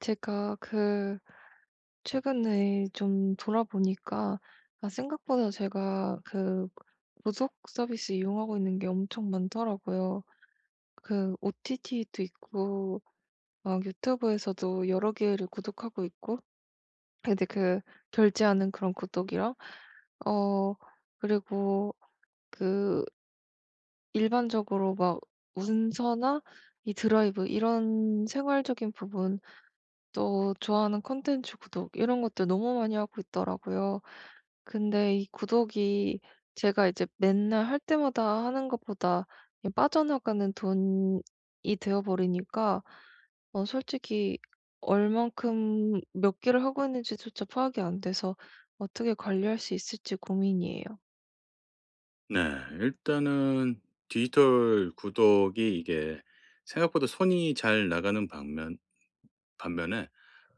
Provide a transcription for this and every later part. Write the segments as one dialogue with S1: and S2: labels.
S1: 제가 최근에 좀 돌아보니까 생각보다 제가 구독 서비스 이용하고 있는 게 엄청 많더라고요. 그 OTT도 있고 막 유튜브에서도 여러 개를 구독하고 있고 근데 그 결제하는 그런 구독이랑 어 그리고 그 일반적으로 막 문서나 이 드라이브 이런 생활적인 부분, 또 좋아하는 콘텐츠 구독 이런 것들 너무 많이 하고 있더라고요. 근데 이 구독이 제가 이제 맨날 할 때마다 하는 것보다 이 빠져나가는 돈이 되어 버리니까 솔직히 얼만큼 몇 개를 하고 있는지조차 파악이 안 돼서 어떻게 관리할 수 있을지 고민이에요.
S2: 네. 일단은 디지털 구독이 이게 생각보다 손이 잘 나가는 반면에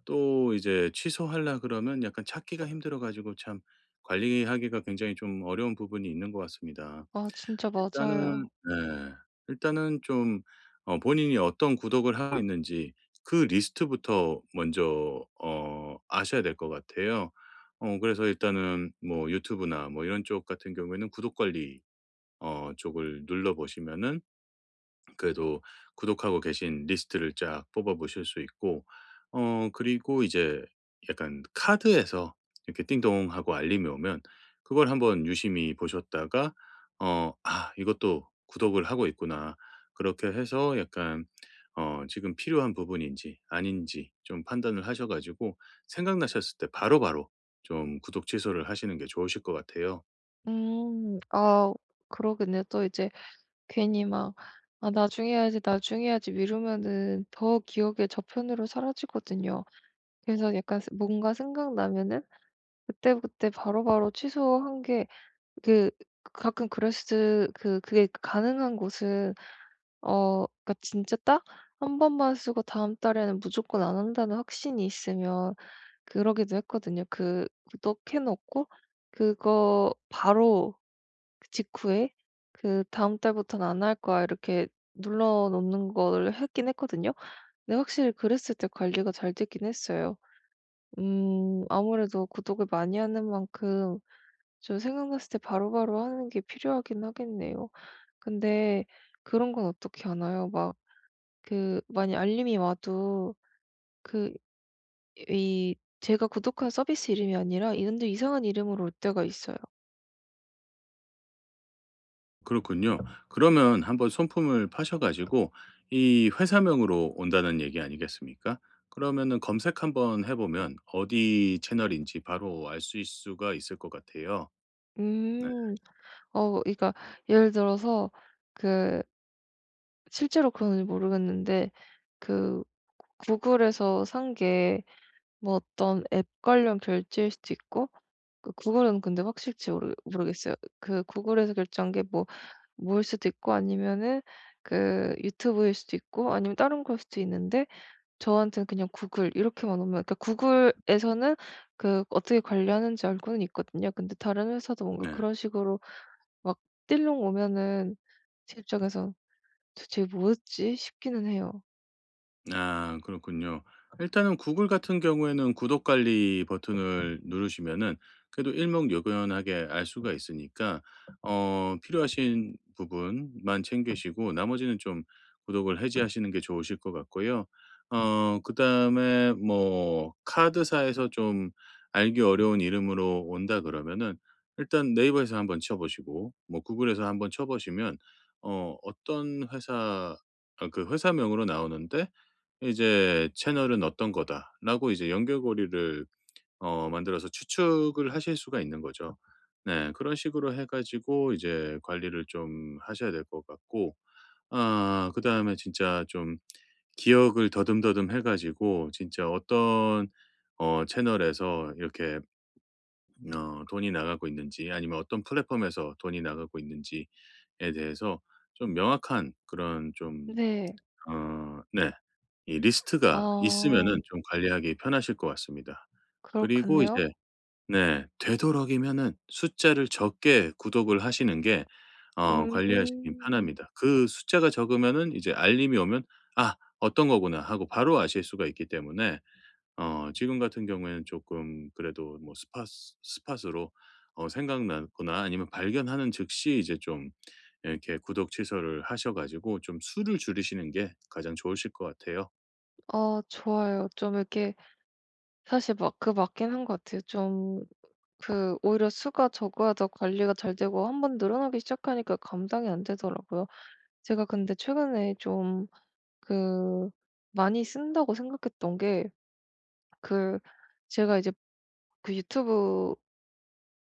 S2: 또 이제 취소하려 그러면 약간 찾기가 힘들어 가지고 참 관리하기가 굉장히 좀 어려운 부분이 있는 것 같습니다.
S1: 아 진짜
S2: 일단은
S1: 맞아요.
S2: 네. 일단은 좀 본인이 어떤 구독을 하고 있는지 그 리스트부터 먼저 아셔야 될 것 같아요. 그래서 일단은 뭐 유튜브나 뭐 이런 쪽 같은 경우에는 구독 관리 쪽을 눌러 보시면은 그래도 구독하고 계신 리스트를 쫙 뽑아 보실 수 있고, 그리고 이제 약간 카드에서 이렇게 띵동 하고 알림이 오면 그걸 한번 유심히 보셨다가 '아 이것도 구독을 하고 있구나.' 그렇게 해서 약간 지금 필요한 부분인지 아닌지 좀 판단을 하셔 가지고 생각나셨을 때 바로바로 좀 구독 취소를 하시는 게 좋으실 것 같아요.
S1: 음. 아 그러겠네요. 또 이제 괜히 막 '아 나중에 해야지, 나중에 해야지.' 미루면은 더 기억의 저편으로 사라지거든요. 그래서 약간 스 뭔가 생각나면은 그때그때 바로바로 취소한 게, 그 가끔 그랬을 그 그게 가능한 곳은, 그러니까 진짜 딱 한 번만 쓰고 다음 달에는 무조건 안 한다는 확신이 있으면 그러기도 했거든요. 그 구독 해 놓고 그거 바로 그 직후에 그 "다음 달부터는 안 할 거야." 이렇게 눌러 놓는 걸 했긴 했거든요. 근데 확실히 그랬을 때 관리가 잘 되긴 했어요. 아무래도 구독을 많이 하는 만큼 좀 생각났을 때 바로바로 하는 게 필요하긴 하겠네요. 근데 그런 건 어떻게 하나요? 막 그 만약 알림이 와도 그 이 제가 구독한 서비스 이름이 아니라 이런 데 이상한 이름으로 올 때가 있어요.
S2: 그렇군요. 그러면 한번 손품을 파셔 가지고 이 회사명으로 온다는 얘기 아니겠습니까? 그러면은 검색 한번 해 보면 어디 채널인지 바로 알 수 있 수가 있을 것 같아요. 네.
S1: 음. 그러니까 예를 들어서 그 실제로 그런지 모르겠는데 그 구글에서 산 게 뭐 어떤 앱 관련 결제일 수도 있고, 그 구글은 근데 확실지 모르겠어요. 그 구글에서 결제한 게뭐 뭐일 수도 있고, 아니면은 그 유튜브일 수도 있고, 아니면 다른 걸일 수도 있는데 저한테는 그냥 구글 이렇게만 오면, 그러니까 구글에서는 그 어떻게 관리하는지 알고는 있거든요. 근데 다른 회사도 뭔가
S2: 네.
S1: 그런 식으로 막 띨렁 오면은 제 입장에선 '도대체 뭐였지?' 싶기는 해요.
S2: 아 그렇군요. 일단은 구글 같은 경우에는 구독 관리 버튼을 누르시면은 그래도 일목요연하게 알 수가 있으니까 필요하신 부분만 챙기시고 나머지는 좀 구독을 해지하시는 게 좋으실 것 같고요. 그다음에 뭐 카드사에서 좀 알기 어려운 이름으로 온다 그러면은 일단 네이버에서 한번 쳐 보시고 뭐 구글에서 한번 쳐 보시면 어떤 회사, 아 그 회사명으로 나오는데 이제 '채널은 어떤 거다.'라고 이제 연결고리를 만들어서 추측을 하실 수가 있는 거죠. 네. 그런 식으로 해 가지고 이제 관리를 좀 하셔야 될 것 같고, 아 그다음에 진짜 좀 기억을 더듬더듬 해 가지고 진짜 어떤 채널에서 이렇게 돈이 나가고 있는지, 아니면 어떤 플랫폼에서 돈이 나가고 있는지에 대해서 좀 명확한 그런 좀,
S1: 네.
S2: 네. 이 리스트가 있으면은
S1: 아
S2: 좀 관리하기 편하실 것 같습니다. 그리고
S1: 그렇겠네요.
S2: 이제 네 되도록이면은 숫자를 적게 구독을 하시는 게 관리하시기
S1: 음.
S2: 편합니다. 그 숫자가 적으면은 이제 알림이 오면 '아 어떤 거구나.' 하고 바로 아실 수가 있기 때문에 지금 같은 경우에는 조금 그래도 뭐 스팟으로 생각나거나 아니면 발견하는 즉시 이제 좀 이렇게 구독 취소를 하셔 가지고 좀 수를 줄이시는 게 가장 좋으실 것 같아요.
S1: 아 좋아요. 좀 이렇게, 사실 막 그 맞긴 한 것 같아요. 좀 그 오히려 수가 적어야 더 관리가 잘 되고 한 번 늘어나기 시작하니까 감당이 안 되더라고요. 제가 근데 최근에 좀 그 많이 쓴다고 생각했던 게, 그 제가 이제 그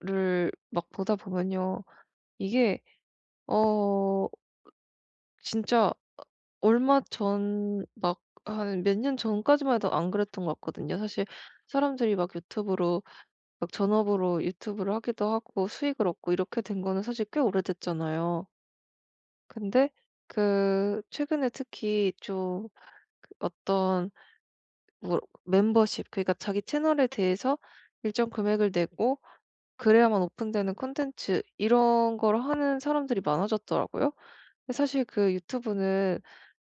S1: 유튜브를 막 보다 보면요. 이게 어 진짜 얼마 전 막 한 몇 년 전까지만 해도 안 그랬던 것 같거든요. 사실 사람들이 막 유튜브로 막 전업으로 유튜브를 하기도 하고 수익을 얻고 이렇게 된 거는 사실 꽤 오래됐잖아요. 근데 그 최근에 특히 좀그 어떤 뭐 멤버십, 그러니까 자기 채널에 대해서 일정 금액을 내고 그래야만 오픈되는 콘텐츠 이런 걸 하는 사람들이 많아졌더라고요. 근데 사실 그 유튜브는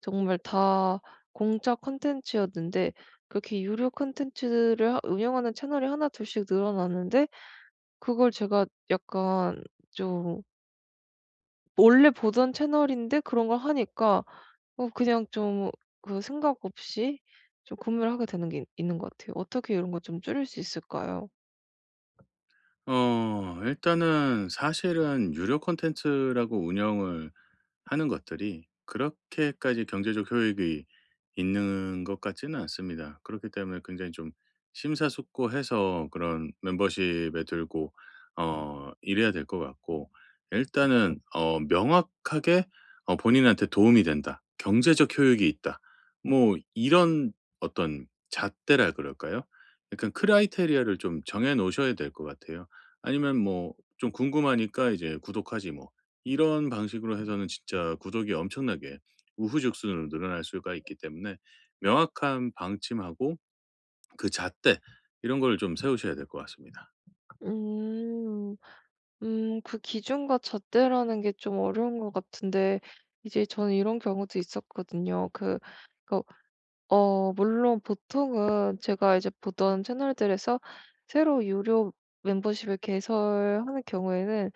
S1: 정말 다 공짜 콘텐츠였는데 그렇게 유료 콘텐츠를 하 운영하는 채널이 하나 둘씩 늘어나는데 그걸 제가 약간 좀 원래 보던 채널인데 그런 걸 하니까 그냥 좀 그 생각 없이 좀 구매를 하게 되는 게 있는 것 같아요. 어떻게 이런 거 좀 줄일 수 있을까요?
S2: 일단은 사실은 유료 콘텐츠라고 운영을 하는 것들이 그렇게까지 경제적 효익이 있는 것 같지는 않습니다. 그렇기 때문에 굉장히 좀 심사숙고해서 그런 멤버십에 들고 이래야 될 것 같고, 일단은 명확하게 본인한테 도움이 된다, 경제적 효익이 있다, 뭐 이런 어떤 잣대라 그럴까요? 약간 크라이테리아를 좀 정해 놓으셔야 될 것 같아요. 아니면 뭐 좀 궁금하니까 이제 구독하지 뭐 이런 방식으로 해서는 진짜 구독이 엄청나게 우후죽순으로 늘어날 수가 있기 때문에 명확한 방침하고 그 잣대, 이런 걸 좀 세우셔야 될 것 같습니다.
S1: 음. 그 기준과 잣대라는 게 좀 어려운 것 같은데 이제 저는 이런 경우도 있었거든요. 그 어 물론 보통은 제가 이제 보던 채널들에서 새로 유료 멤버십을 개설하는 경우에는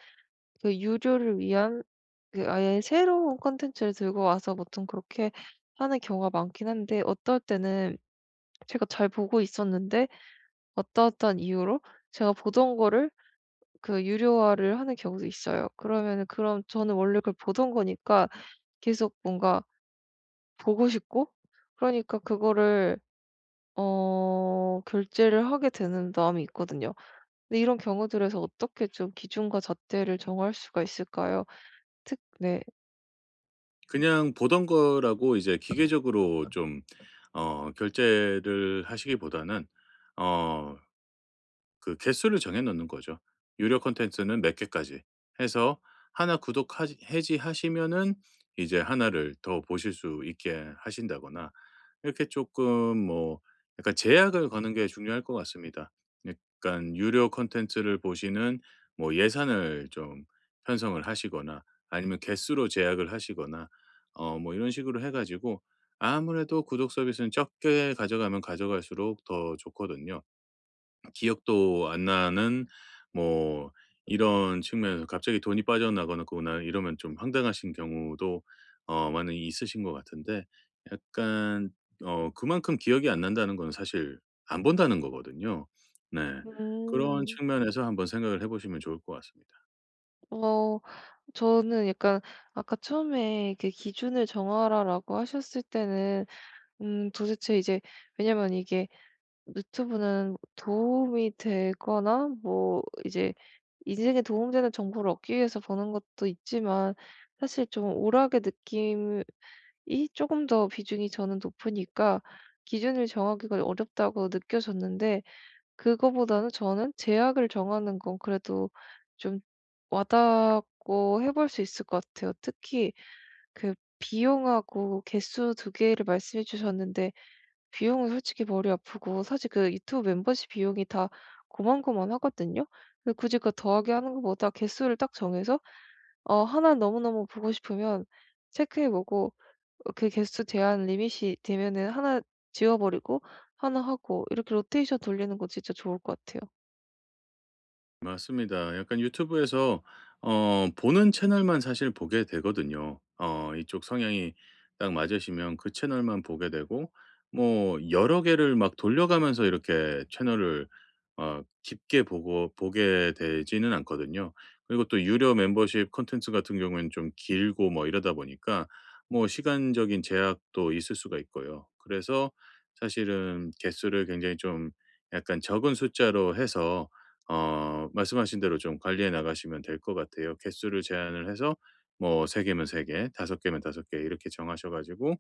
S1: 그 유료를 위한 그 아예 새로운 콘텐츠를 들고 와서 보통 그렇게 하는 경우가 많긴 한데 어떨 때는 제가 잘 보고 있었는데 어떠어떠한 이유로 제가 보던 거를 그 유료화를 하는 경우도 있어요. 그러면은, 그럼 저는 원래 그걸 보던 거니까 계속 뭔가 보고 싶고, 그러니까 그거를 결제를 하게 되는 마음이 있거든요. 근데 이런 경우들에서 어떻게 좀 기준과 잣대를 정할 수가 있을까요? 특 네.
S2: 그냥 보던 거라고 이제 기계적으로 좀 결제를 하시기보다는, 어 그 개수를 정해 놓는 거죠. 유료 콘텐츠는 몇 개까지 해서 하나 구독 해지하시면은 이제 하나를 더 보실 수 있게 하신다거나, 이렇게 조금 뭐 약간 제약을 거는 게 중요할 것 같습니다. 약간 유료 콘텐츠를 보시는 뭐 예산을 좀 편성을 하시거나 아니면 개수로 제약을 하시거나 뭐 이런 식으로 해 가지고, 아무래도 구독 서비스는 적게 가져가면 가져갈수록 더 좋거든요. 기억도 안 나는 뭐 이런 측면에서 갑자기 돈이 빠져나거나 거나 이러면 좀 황당하신 경우도 많이 있으신 것 같은데, 약간 그만큼 기억이 안 난다는 건 사실 안 본다는 거거든요. 네. 그런
S1: 음.
S2: 측면에서 한번 생각을 해 보시면 좋을 것 같습니다.
S1: 어. 저는 약간 아까 처음에 그 기준을 정하라라고 하셨을 때는 도대체 이제, 왜냐면 이게 유튜브는 도움이 되거나 뭐 이제 인생에 도움되는 정보를 얻기 위해서 보는 것도 있지만 사실 좀 오락의 느낌이 조금 더 비중이 저는 높으니까 기준을 정하기가 어렵다고 느껴졌는데, 그거보다는 저는 제약을 정하는 건 그래도 좀 와닿고 해볼 수 있을 것 같아요. 특히 그 비용하고 개수 두 개를 말씀해 주셨는데 비용은 솔직히 머리 아프고 사실 그 유튜브 멤버십 비용이 다 고만고만하거든요. 근데 굳이 그거 더하기 하는 것보다 개수를 딱 정해서 하나 너무너무 보고 싶으면 체크해 보고, 그 개수 제한 리밋이 되면은 하나 지워 버리고 하나 하고 이렇게 로테이션 돌리는 거 진짜 좋을 것 같아요.
S2: 맞습니다. 약간 유튜브에서 보는 채널만 사실 보게 되거든요. 이쪽 성향이 딱 맞으시면 그 채널만 보게 되고, 뭐 여러 개를 막 돌려가면서 이렇게 채널을 깊게 보고 보게 되지는 않거든요. 그리고 또 유료 멤버십 콘텐츠 같은 경우에는 좀 길고 뭐 이러다 보니까 뭐 시간적인 제약도 있을 수가 있고요. 그래서 사실은 개수를 굉장히 좀 약간 적은 숫자로 해서 말씀하신 대로 좀 관리해 나가시면 될 것 같아요. 개수를 제한을 해서 뭐 3 개면 3개, 5 개면 5개 이렇게 정하셔 가지고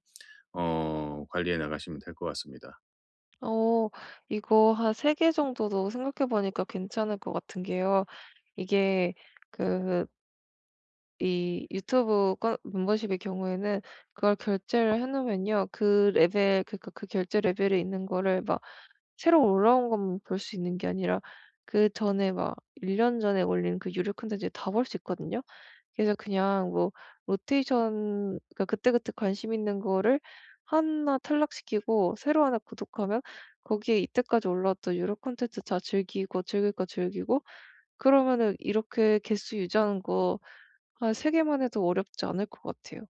S2: 관리해 나가시면 될 것 같습니다.
S1: 어 이거 한 3개 정도도 생각해 보니까 괜찮을 것 같은 게요. 이게 그 이 유튜브 건 멤버십의 경우에는 그걸 결제를 해 놓으면요. 그 레벨, 그러니까 그 결제 레벨에 있는 거를 막 새로 올라온 것만 볼 수 있는 게 아니라 그전에 막 1년 전에 올린 그 유료 콘텐츠 다 볼 수 있거든요. 그래서 그냥 뭐 로테이션, 그러니까 그때그때 관심 있는 거를 하나 탈락시키고 새로 하나 구독하면 거기에 이때까지 올라왔던 유료 콘텐츠 다 즐기고, 즐길 거 즐기고 그러면은 이렇게 개수 유지하는 거 한 세 개만 해도 어렵지 않을 것 같아요.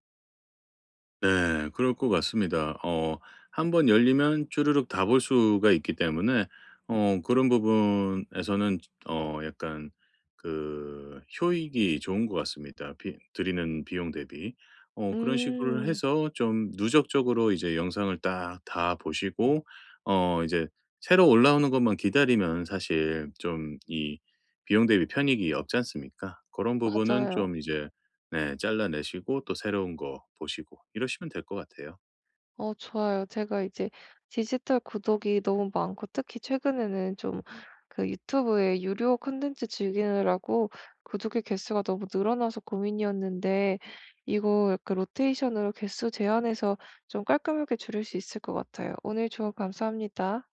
S2: 네. 그럴 것 같습니다. 한번 열리면 주르륵 다 볼 수가 있기 때문에 그런 부분에서는 약간 그 효익이 좋은 것 같습니다, 비 들이는 비용 대비. 그런 식으로
S1: 음.
S2: 해서 좀 누적적으로 이제 영상을 딱 다 보시고, 이제 새로 올라오는 것만 기다리면 사실 좀 이 비용 대비 편익이 없지 않습니까? 그런 부분은
S1: 맞아요.
S2: 좀 이제 네. 잘라내시고 또 새로운 거 보시고 이러시면 될 것 같아요.
S1: 어 좋아요. 제가 이제 디지털 구독이 너무 많고 특히 최근에는 좀 그 유튜브에 유료 콘텐츠 즐기느라고 구독의 개수가 너무 늘어나서 고민이었는데 이거 약간 로테이션으로 개수 제한해서 좀 깔끔하게 줄일 수 있을 것 같아요. 오늘 조언 감사합니다.